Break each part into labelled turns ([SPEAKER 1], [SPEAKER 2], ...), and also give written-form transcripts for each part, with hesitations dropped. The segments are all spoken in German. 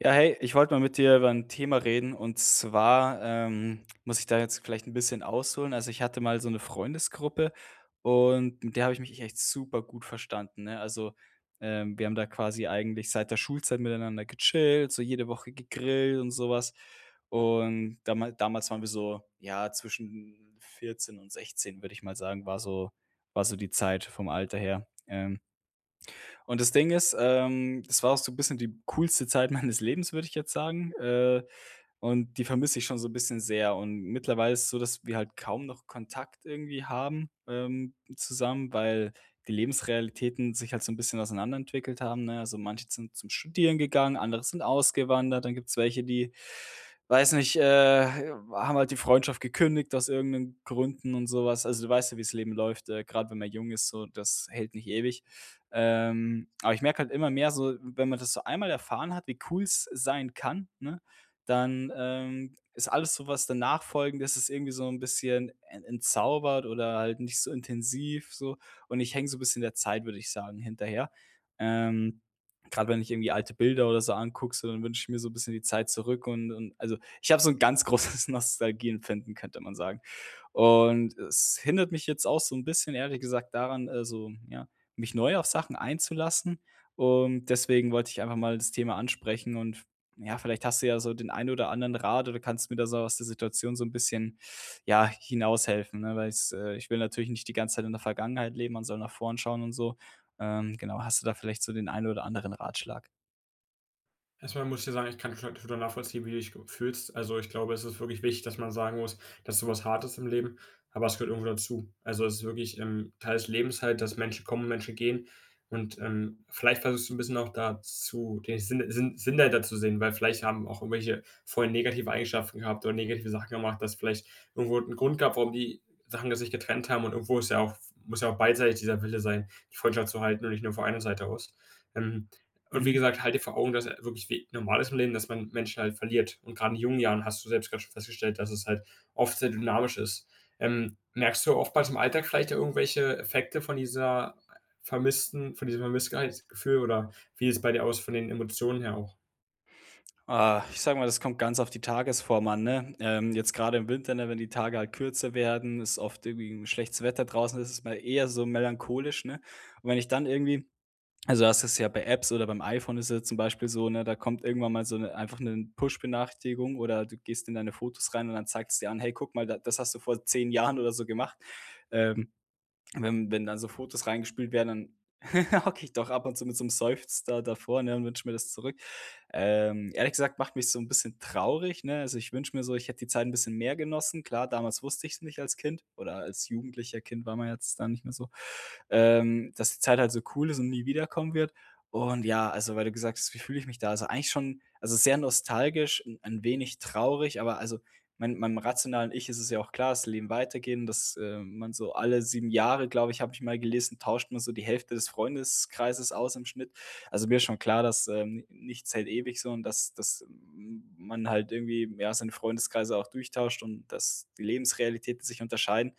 [SPEAKER 1] Ja, hey, ich wollte mal mit dir über ein Thema reden und zwar, muss ich da jetzt vielleicht ein bisschen ausholen. Also, ich hatte mal so eine Freundesgruppe und mit der habe ich mich echt super gut verstanden, ne? Also, wir haben da quasi eigentlich seit der Schulzeit miteinander gechillt, so jede Woche gegrillt und sowas. Und damals waren wir so, ja, zwischen 14 und 16, würde ich mal sagen, war so die Zeit vom Alter her. Und das Ding ist, das war auch so ein bisschen die coolste Zeit meines Lebens, würde ich jetzt sagen, und die vermisse ich schon so ein bisschen sehr. Und mittlerweile ist es so, dass wir halt kaum noch Kontakt irgendwie haben, zusammen, weil die Lebensrealitäten sich halt so ein bisschen auseinanderentwickelt haben, ne? Also, manche sind zum Studieren gegangen, andere sind ausgewandert, dann gibt's welche, die, weiß nicht, haben halt die Freundschaft gekündigt aus irgend Gründen und sowas. Also, du weißt ja, wie's Leben läuft, grad wenn man jung ist so, das hält nicht ewig. Aber ich merke halt immer mehr so, wenn man das so einmal erfahren hat, wie cool es sein kann, ne, dann, ist alles so, was danach folgend ist, ist irgendwie so ein bisschen en entzaubert oder halt nicht so intensiv so. Und ich hänge so ein bisschen der Zeit, würde ich sagen, hinterher. Ähm, Grad wenn ich irgendwie alte Bilder oder so angucke, so, dann wünsche ich mir so ein bisschen die Zeit zurück und also, ich habe so ein ganz großes Nostalgieempfinden, könnte man sagen. Und es hindert mich jetzt auch so ein bisschen, ehrlich gesagt, daran, so, ja mich neu auf Sachen einzulassen. Und deswegen wollte ich einfach mal das Thema ansprechen und ja, vielleicht hast du ja so den einen oder anderen Rat oder kannst mir da so aus der Situation so ein bisschen, ja, hinaushelfen, ne? Weil es ich will natürlich nicht die ganze Zeit in der Vergangenheit leben, man soll nach vorn schauen und so. Genau, hast du da vielleicht so den einen oder anderen Ratschlag?
[SPEAKER 2] Erstmal muss ich dir sagen, ich kann schon total nachvollziehen, wie du dich ge fühlst. Also, ich glaube, es ist wirklich wichtig, dass man sagen muss, dass so was hart ist im Leben, aber es gehört irgendwo dazu. Also, es ist wirklich, Teil des Lebens halt, dass Menschen kommen, Menschen gehen und, vielleicht versuchst du ein bisschen auch dazu den Sinn dahinter zu sehen, weil vielleicht haben auch irgendwelche vorher negative Eigenschaften gehabt oder negative Sachen gemacht, dass vielleicht irgendwo 'n Grund gab, warum die Sachen sich getrennt haben, und irgendwo ist ja auch muss ja auch beidseitig dieser Wille sein, die Freundschaft zu halten und nicht nur von einer Seite aus. Ähm, und wie
[SPEAKER 1] Mhm.
[SPEAKER 2] gesagt, halt dir vor Augen, dass er wirklich wie normal ist im Leben, dass man Menschen halt verliert. Und gerade in jungen Jahren hast du selbst gerade schon festgestellt, dass es halt oft sehr dynamisch ist. Merkst du oftmals im Alltag vielleicht irgendwelche Effekte von dieser vermissten, von diesem Vermisstheitsgefühl oder wie sieht es bei dir aus von den Emotionen her auch?
[SPEAKER 1] Ah, ich sage mal, das kommt ganz auf die Tagesform an, ne? Jetzt gerade im Winter, ne, wenn die Tage halt kürzer werden, ist oft irgendwie 'n schlechtes Wetter draußen, das ist es mal eher so melancholisch, ne? Und wenn ich dann irgendwie Also, das ist ja bei Apps oder beim iPhone ist ja zum Beispiel so, ne, da kommt irgendwann mal so 'ne einfach eine Push-Benachrichtigung oder du gehst in deine Fotos rein und dann zeigt es dir an: „Hey, guck mal, da das hast du vor 10 Jahren oder so gemacht.“ Ähm, wenn dann so Fotos reingespielt werden, dann hocke ich doch ab und zu mit so einem Seufzer davor, ne, und wünsche mir das zurück. Ehrlich gesagt macht mich so ein bisschen traurig, ne? Also, ich wünsche mir so, ich hätte die Zeit ein bisschen mehr genossen. Klar, damals wusste ich es nicht als Kind oder als Jugendlicher. Kind war man jetzt da nicht mehr so, dass die Zeit halt so cool ist und nie wiederkommen wird. Und ja, also, weil du gesagt hast: „Wie fühle ich mich da?“ Also, eigentlich schon also, sehr nostalgisch, 'n ein wenig traurig, aber also, meinem rationalen Ich ist es ja auch klar, dass Leben weitergehen, dass, man so alle 7 Jahre, glaube ich, habe ich mal gelesen, tauscht man so die Hälfte des Freundeskreises aus im Schnitt. Also, mir ist schon klar, dass, nichts hält ewig so und dass man halt irgendwie, ja, seine Freundeskreise auch durchtauscht und dass die Lebensrealitäten sich unterscheiden.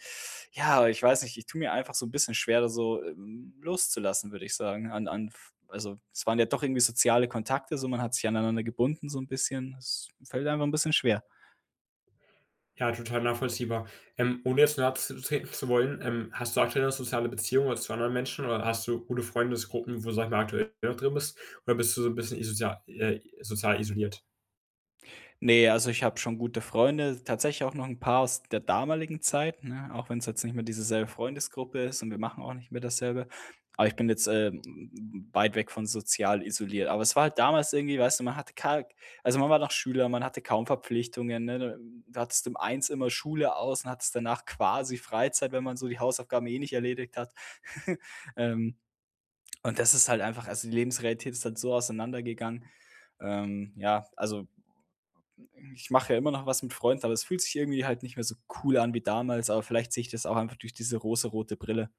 [SPEAKER 1] Ja, aber ich weiß nicht, ich tue mir einfach so ein bisschen schwer, da so, loszulassen, würde ich sagen, an an also, es waren ja doch irgendwie soziale Kontakte so, man hat sich aneinander gebunden so ein bisschen. Es fällt einfach ein bisschen schwer.
[SPEAKER 2] Ja, total nachvollziehbar. Ohne jetzt nahe zu treten zu wollen, hast du aktuell eine soziale Beziehung oder zu anderen Menschen oder hast du gute Freundesgruppen, wo, sag ich mal, aktuell noch drin bist, oder bist du so ein bisschen isozial, sozial isoliert?
[SPEAKER 1] Ne, also ich habe schon gute Freunde, tatsächlich auch noch ein paar aus der damaligen Zeit, ne? Auch wenn es jetzt nicht mehr dieselbe Freundesgruppe ist und wir machen auch nicht mehr dasselbe. Aber ich bin jetzt, weit weg von sozial isoliert. Aber es war halt damals irgendwie, weißt du, man hatte ka also man war noch Schüler, man hatte kaum Verpflichtungen, ne? Da du hattest um Eins immer Schule aus und hattest danach quasi Freizeit, wenn man so die Hausaufgaben eh nicht erledigt hat. Ähm, und das ist halt einfach also die Lebensrealität ist halt so auseinandergegangen. Ja, also ich mache ja immer noch was mit Freunden, aber es fühlt sich irgendwie halt nicht mehr so cool an wie damals, aber vielleicht sehe ich das auch einfach durch diese rose-rote Brille.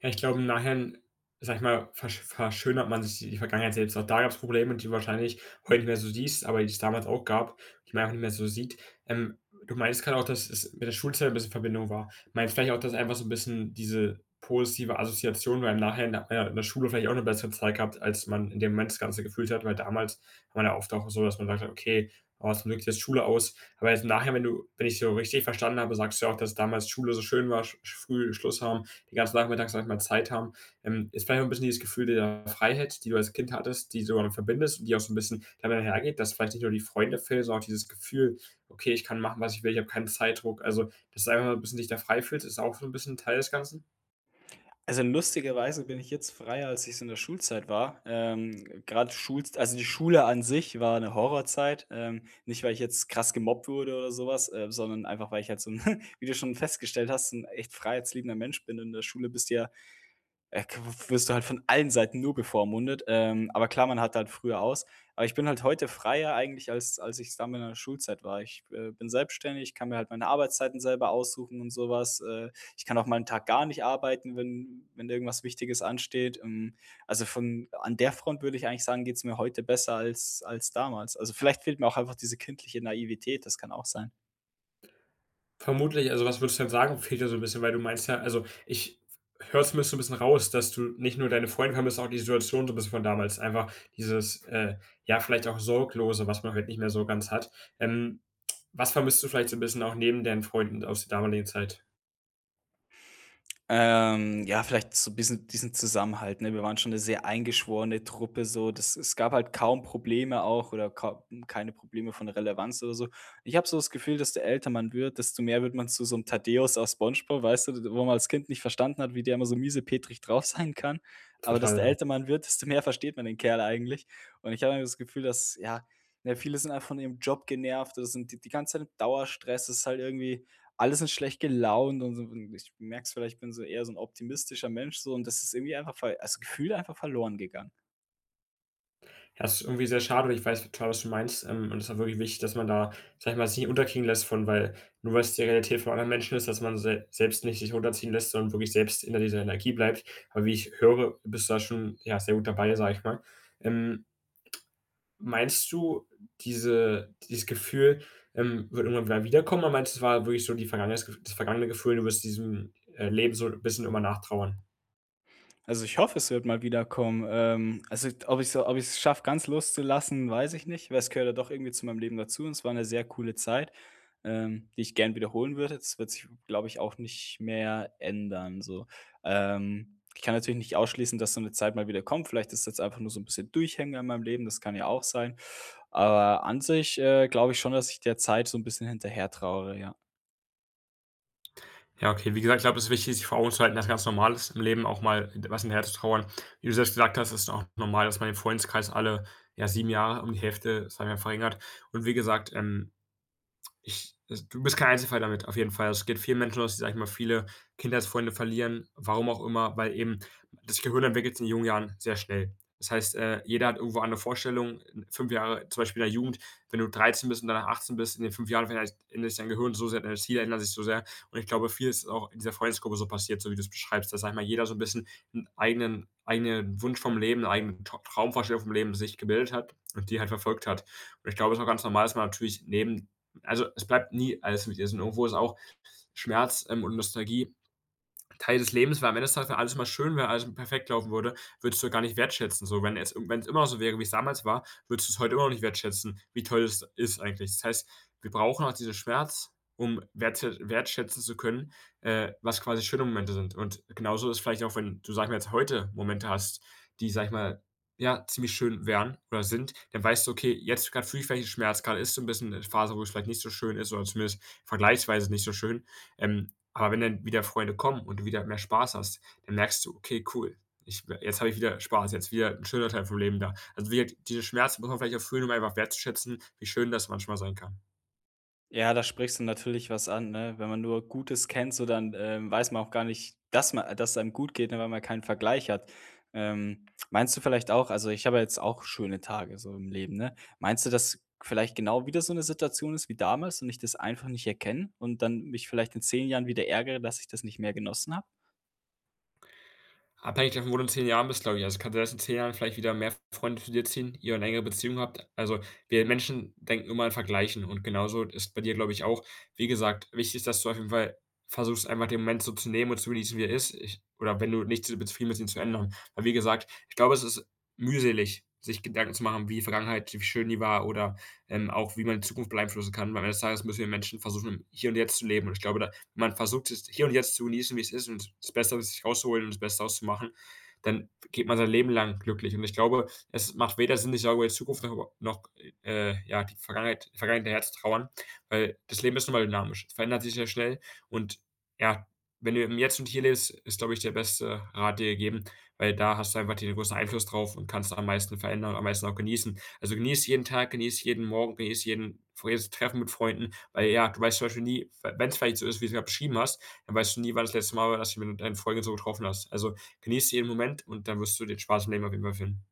[SPEAKER 2] Ja, ich glaube, im Nachhinein, sage ich mal, verschönert man sich die Vergangenheit selbst. Auch da gab's Probleme, die du wahrscheinlich heute nicht mehr so siehst, aber die es damals auch gab, die man einfach nicht mehr so sieht. Ähm, du meintest gerade auch, dass es mit der Schulzeit ein bisschen Verbindung war. Meinst vielleicht auch, dass einfach so ein bisschen diese positive Assoziation, weil im Nachhinein hat man ja in der Schule vielleicht auch eine bessere Zeit gehabt, als man in dem Moment das Ganze gefühlt hat, weil damals war man ja oft auch so, dass man sagt: „Okay, oh, zum Glück jetzt Schule aus.“ Aber jetzt nachher, wenn du wenn ich so richtig verstanden habe, sagst du ja auch, dass damals Schule so schön war, sch früh Schluss haben, den ganzen Nachmittag, sag ich mal, Zeit haben, ist vielleicht auch ein bisschen dieses Gefühl der Freiheit, die du als Kind hattest, die du dann verbindest und die auch so ein bisschen damit einhergeht, dass vielleicht nicht nur die Freunde fehlen, sondern auch dieses Gefühl, okay, ich kann machen, was ich will, ich habe keinen Zeitdruck. Also, dass du einfach so ein bisschen dich da frei fühlst, ist auch so ein bisschen Teil des Ganzen.
[SPEAKER 1] Also lustigerweise bin ich jetzt freier, als ich es in der Schulzeit war. Gerade Schul also die Schule an sich war eine Horrorzeit. Nicht, weil ich jetzt krass gemobbt wurde oder sowas, sondern einfach, weil ich halt so 'n wie du schon festgestellt hast, ein echt freiheitsliebender Mensch bin. In der Schule bist du ja k wirst du halt von allen Seiten nur bevormundet. Aber klar, man hat halt früher aus. Aber ich bin halt heute freier eigentlich, als ich damals in der Schulzeit war. Ich, bin selbstständig, kann mir halt meine Arbeitszeiten selber aussuchen und sowas. Ich kann auch mal einen Tag gar nicht arbeiten, wenn irgendwas Wichtiges ansteht. Also, von an der Front würde ich eigentlich sagen, geht's mir heute besser als damals. Also, vielleicht fehlt mir auch einfach diese kindliche Naivität, das kann auch sein.
[SPEAKER 2] Vermutlich, also was würdest du denn sagen, fehlt dir so 'n bisschen, weil du meinst ja, also, ich höre zumindest so 'n bisschen raus, dass du nicht nur deine Freunde vermisst, auch die Situation so 'n bisschen von damals. Einfach dieses, ja, vielleicht auch Sorglose, was man heute nicht mehr so ganz hat. Ähm, was vermisst du vielleicht so 'n bisschen auch neben deinen Freunden aus der damaligen Zeit?
[SPEAKER 1] Ja, vielleicht so 'n bisschen diesen Zusammenhalt, ne? Wir waren schon eine sehr eingeschworene Truppe so. Das es gab halt kaum Probleme auch oder kau keine Probleme von Relevanz oder so. Ich habe so das Gefühl, dass der älter man wird, desto mehr wird man zu so einem Thaddäus aus SpongeBob, weißt du, wo man als Kind nicht verstanden hat, wie der immer so miesepetrig drauf sein kann. Aber
[SPEAKER 2] Total,
[SPEAKER 1] desto
[SPEAKER 2] ja.
[SPEAKER 1] älter man wird, desto mehr versteht man den Kerl eigentlich. Und ich habe das Gefühl, dass ja, ne, viele sind einfach von ihrem Job genervt oder sind die ganze Zeit im Dauerstress. Das ist halt irgendwie alle sind schlecht gelaunt und so und ich merke es vielleicht, ich bin so eher so ein optimistischer Mensch so und das ist irgendwie einfach ver also, gefühlt einfach verloren gegangen.
[SPEAKER 2] Ja, das ist irgendwie sehr schade und ich weiß total, was du meinst, und es ist auch wirklich wichtig, dass man da, sage ich mal, sich nicht unterkriegen lässt von, weil nur weil es die Realität von anderen Menschen ist, dass man se selbst nicht sich runterziehen lässt, sondern wirklich selbst in dieser Energie bleibt. Aber wie ich höre, bist du da schon, ja, sehr gut dabei, sage ich mal. Ähm, meinst du, diese dieses Gefühl, wird irgendwann wieder wiederkommen, oder meinst du, es war wirklich so die vergangene das vergangene Gefühl, du wirst diesem, Leben so 'n bisschen immer nachtrauern?
[SPEAKER 1] Also, ich hoffe, es wird mal wiederkommen. Also, ob ich so, ob ich es schaffe, ganz loszulassen, weiß ich nicht, weil es gehört ja doch irgendwie zu meinem Leben dazu und es war eine sehr coole Zeit, die ich gern wiederholen würde. Das wird sich, glaube ich, auch nicht mehr ändern so. Ich kann natürlich nicht ausschließen, dass so eine Zeit mal wieder kommt. Vielleicht ist das einfach nur so ein bisschen Durchhänger in meinem Leben, das kann ja auch sein. Aber an sich, glaube ich schon, dass ich der Zeit so ein bisschen hinterher trauere, ja.
[SPEAKER 2] Ja, okay. Wie gesagt, ich glaube, es ist wichtig, sich vor Augen zu halten, dass ganz normal ist, im Leben auch mal was hinterher zu trauern. Wie du selbst gesagt hast, ist auch normal, dass man den Freundeskreis alle, ja, 7 Jahre um die Hälfte, sagen wir, verringert. Und wie gesagt, ich, also, du bist kein Einzelfall damit, auf jeden Fall. Es geht vielen Menschen so, dass sie, sage ich mal, viele Kindheitsfreunde verlieren, warum auch immer, weil eben das Gehirn entwickelt sich in jungen Jahren sehr schnell. Das heißt, jeder hat irgendwo andere Vorstellungen. In fünf Jahre zum Beispiel in der Jugend, wenn du 13 bist und danach 18 bist, in den 5 Jahren verändert ändert sich dein Gehirn so sehr, deine Ziele ändern sich so sehr. Und ich glaube, viel ist auch in dieser Freundesgruppe so passiert, so wie du es beschreibst, dass, sage ich mal, jeder so ein bisschen einen eigenen Wunsch vom Leben, 'ne eigene Tau Traumvorstellung vom Leben sich gebildet hat und die halt verfolgt hat. Und ich glaube, es ist auch ganz normal, dass man natürlich neben also es bleibt nie alles mit dir, sondern irgendwo ist auch Schmerz, und Nostalgie Teil des Lebens, weil am Ende des Tages, wenn alles immer schön wäre, alles perfekt laufen würde, würdest du ja gar nicht wertschätzen. So, wenn es wenn's immer so wäre, wie es damals war, würdest du es heute immer noch nicht wertschätzen, wie toll es ist eigentlich. Das heißt, wir brauchen auch diesen Schmerz, um wertschätzen zu können, was quasi schöne Momente sind. Und genauso ist vielleicht auch, wenn du, sagen wir jetzt, heute Momente hast, die, sag ich mal, ja, ziemlich schön wären oder sind, dann weißt du, okay, jetzt gerade fühle ich vielleicht den Schmerz, gerade ist so 'n bisschen eine Phase, wo es vielleicht nicht so schön ist oder zumindest vergleichsweise nicht so schön. Ähm, aber wenn dann wieder Freunde kommen und du wieder mehr Spaß hast, dann merkst du: „Okay, cool, ich jetzt habe ich wieder Spaß, jetzt wieder ein schöner Teil vom Leben da.“ Also, wie gesagt, diese Schmerzen muss man vielleicht auch fühlen, um einfach wertzuschätzen, wie schön das manchmal sein kann.
[SPEAKER 1] Ja, da sprichst du natürlich was an, ne? Wenn man nur Gutes kennt, so dann, weiß man auch gar nicht, dass man, dass es einem gut geht, ne, weil man keinen Vergleich hat. Meinst du vielleicht auch also, ich habe ja jetzt auch schöne Tage so im Leben, ne? Meinst du, dass vielleicht genau wieder so eine Situation ist wie damals und ich das einfach nicht erkenne und dann mich vielleicht in 10 Jahren wieder ärgere, dass ich das nicht mehr genossen habe?
[SPEAKER 2] Abhängig davon, wo du in 10 Jahren bist, glaube ich. Also, es kann sein, dass in 10 Jahren vielleicht wieder mehr Freunde zu dir ziehen, ihr eine längere Beziehung habt. Also, wir Menschen denken immer in Vergleichen und genauso ist bei dir, glaube ich, auch. Wie gesagt, wichtig ist, dass du auf jeden Fall versuchst, einfach den Moment so zu nehmen und zu genießen, wie er ist. Ich, oder wenn du nicht zufrieden bist, ihn zu ändern. Weil wie gesagt, ich glaube, es ist mühselig, sich Gedanken zu machen, wie die Vergangenheit wie schön die war oder, auch wie man die Zukunft beeinflussen kann, weil am Ende des Tages müssen wir Menschen versuchen, im Hier und Jetzt zu leben, und ich glaube, da man versucht es hier und jetzt zu genießen, wie es ist, und das Beste aus sich rauszuholen und das Beste auszumachen, dann geht man sein Leben lang glücklich. Und ich glaube, es macht weder Sinn, sich darüber die Zukunft noch noch, ja, die Vergangenheit daher zu trauern, weil das Leben ist nun mal dynamisch. Es verändert sich sehr schnell und, ja, wenn du im Jetzt und Hier lebst, ist, glaube ich, der beste Rat dir gegeben, weil da hast du einfach den größten Einfluss drauf und kannst am meisten verändern und am meisten auch genießen. Also, genieß jeden Tag, genieß jeden Morgen, genieß jeden f jedes Treffen mit Freunden, weil ja, du weißt zum Beispiel nie, wenn es vielleicht so ist, wie du's grad beschrieben hast, dann weißt du nie, wann das letzte Mal war, dass du jemanden in Folge so getroffen hast. Also, genieß jeden Moment und dann wirst du den Spaß im Leben auf jeden Fall finden.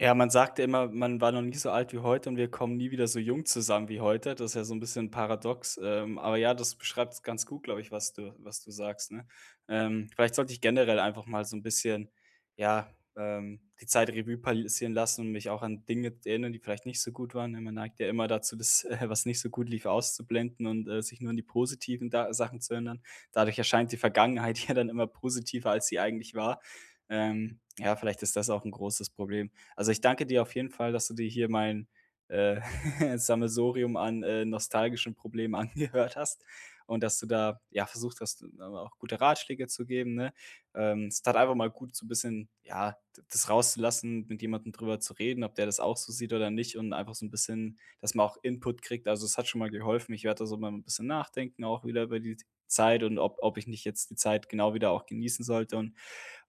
[SPEAKER 1] Ja, man sagt ja immer, man war noch nie so alt wie heute und wir kommen nie wieder so jung zusammen wie heute. Das ist ja so ein bisschen paradox, aber ja, das beschreibt ganz gut, glaube ich, was du sagst, ne? Vielleicht sollte ich generell einfach mal so ein bisschen, ja, die Zeit Revue passieren lassen und mich auch an Dinge erinnern, die vielleicht nicht so gut waren, ne? Man neigt ja immer dazu, das, was nicht so gut lief, auszublenden und, sich nur an die positiven da Sachen zu erinnern. Dadurch erscheint die Vergangenheit ja dann immer positiver, als sie eigentlich war. Ja, vielleicht ist das auch ein großes Problem. Also, ich danke dir auf jeden Fall, dass du dir hier mein, äh, Sammelsurium an, nostalgischen Problemen angehört hast und dass du da, ja, versucht hast, aber auch gute Ratschläge zu geben, ne? Es tat einfach mal gut, so ein bisschen, ja, d das rauszulassen, mit jemandem drüber zu reden, ob der das auch so sieht oder nicht und einfach so ein bisschen, dass man auch Input kriegt. Also, es hat schon mal geholfen. Ich werde da so mal ein bisschen nachdenken, auch wieder über die Zeit und ob ich nicht jetzt die Zeit genau wieder auch genießen sollte und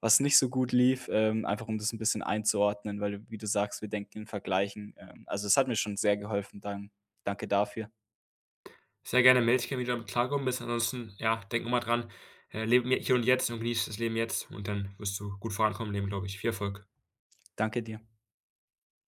[SPEAKER 1] was nicht so gut lief, einfach um das ein bisschen einzuordnen, weil du wie du sagst, wir denken in Vergleichen. Also, es hat mir schon sehr geholfen. Danke dafür.
[SPEAKER 2] Sehr gerne, melde dich gerne wieder, mit du klargekommen bist. Ansonsten, ja, denk immer dran, lebe im Hier und Jetzt und genieße das Leben jetzt und dann wirst du gut vorankommen im Leben, glaube ich. Viel Erfolg.
[SPEAKER 1] Danke dir.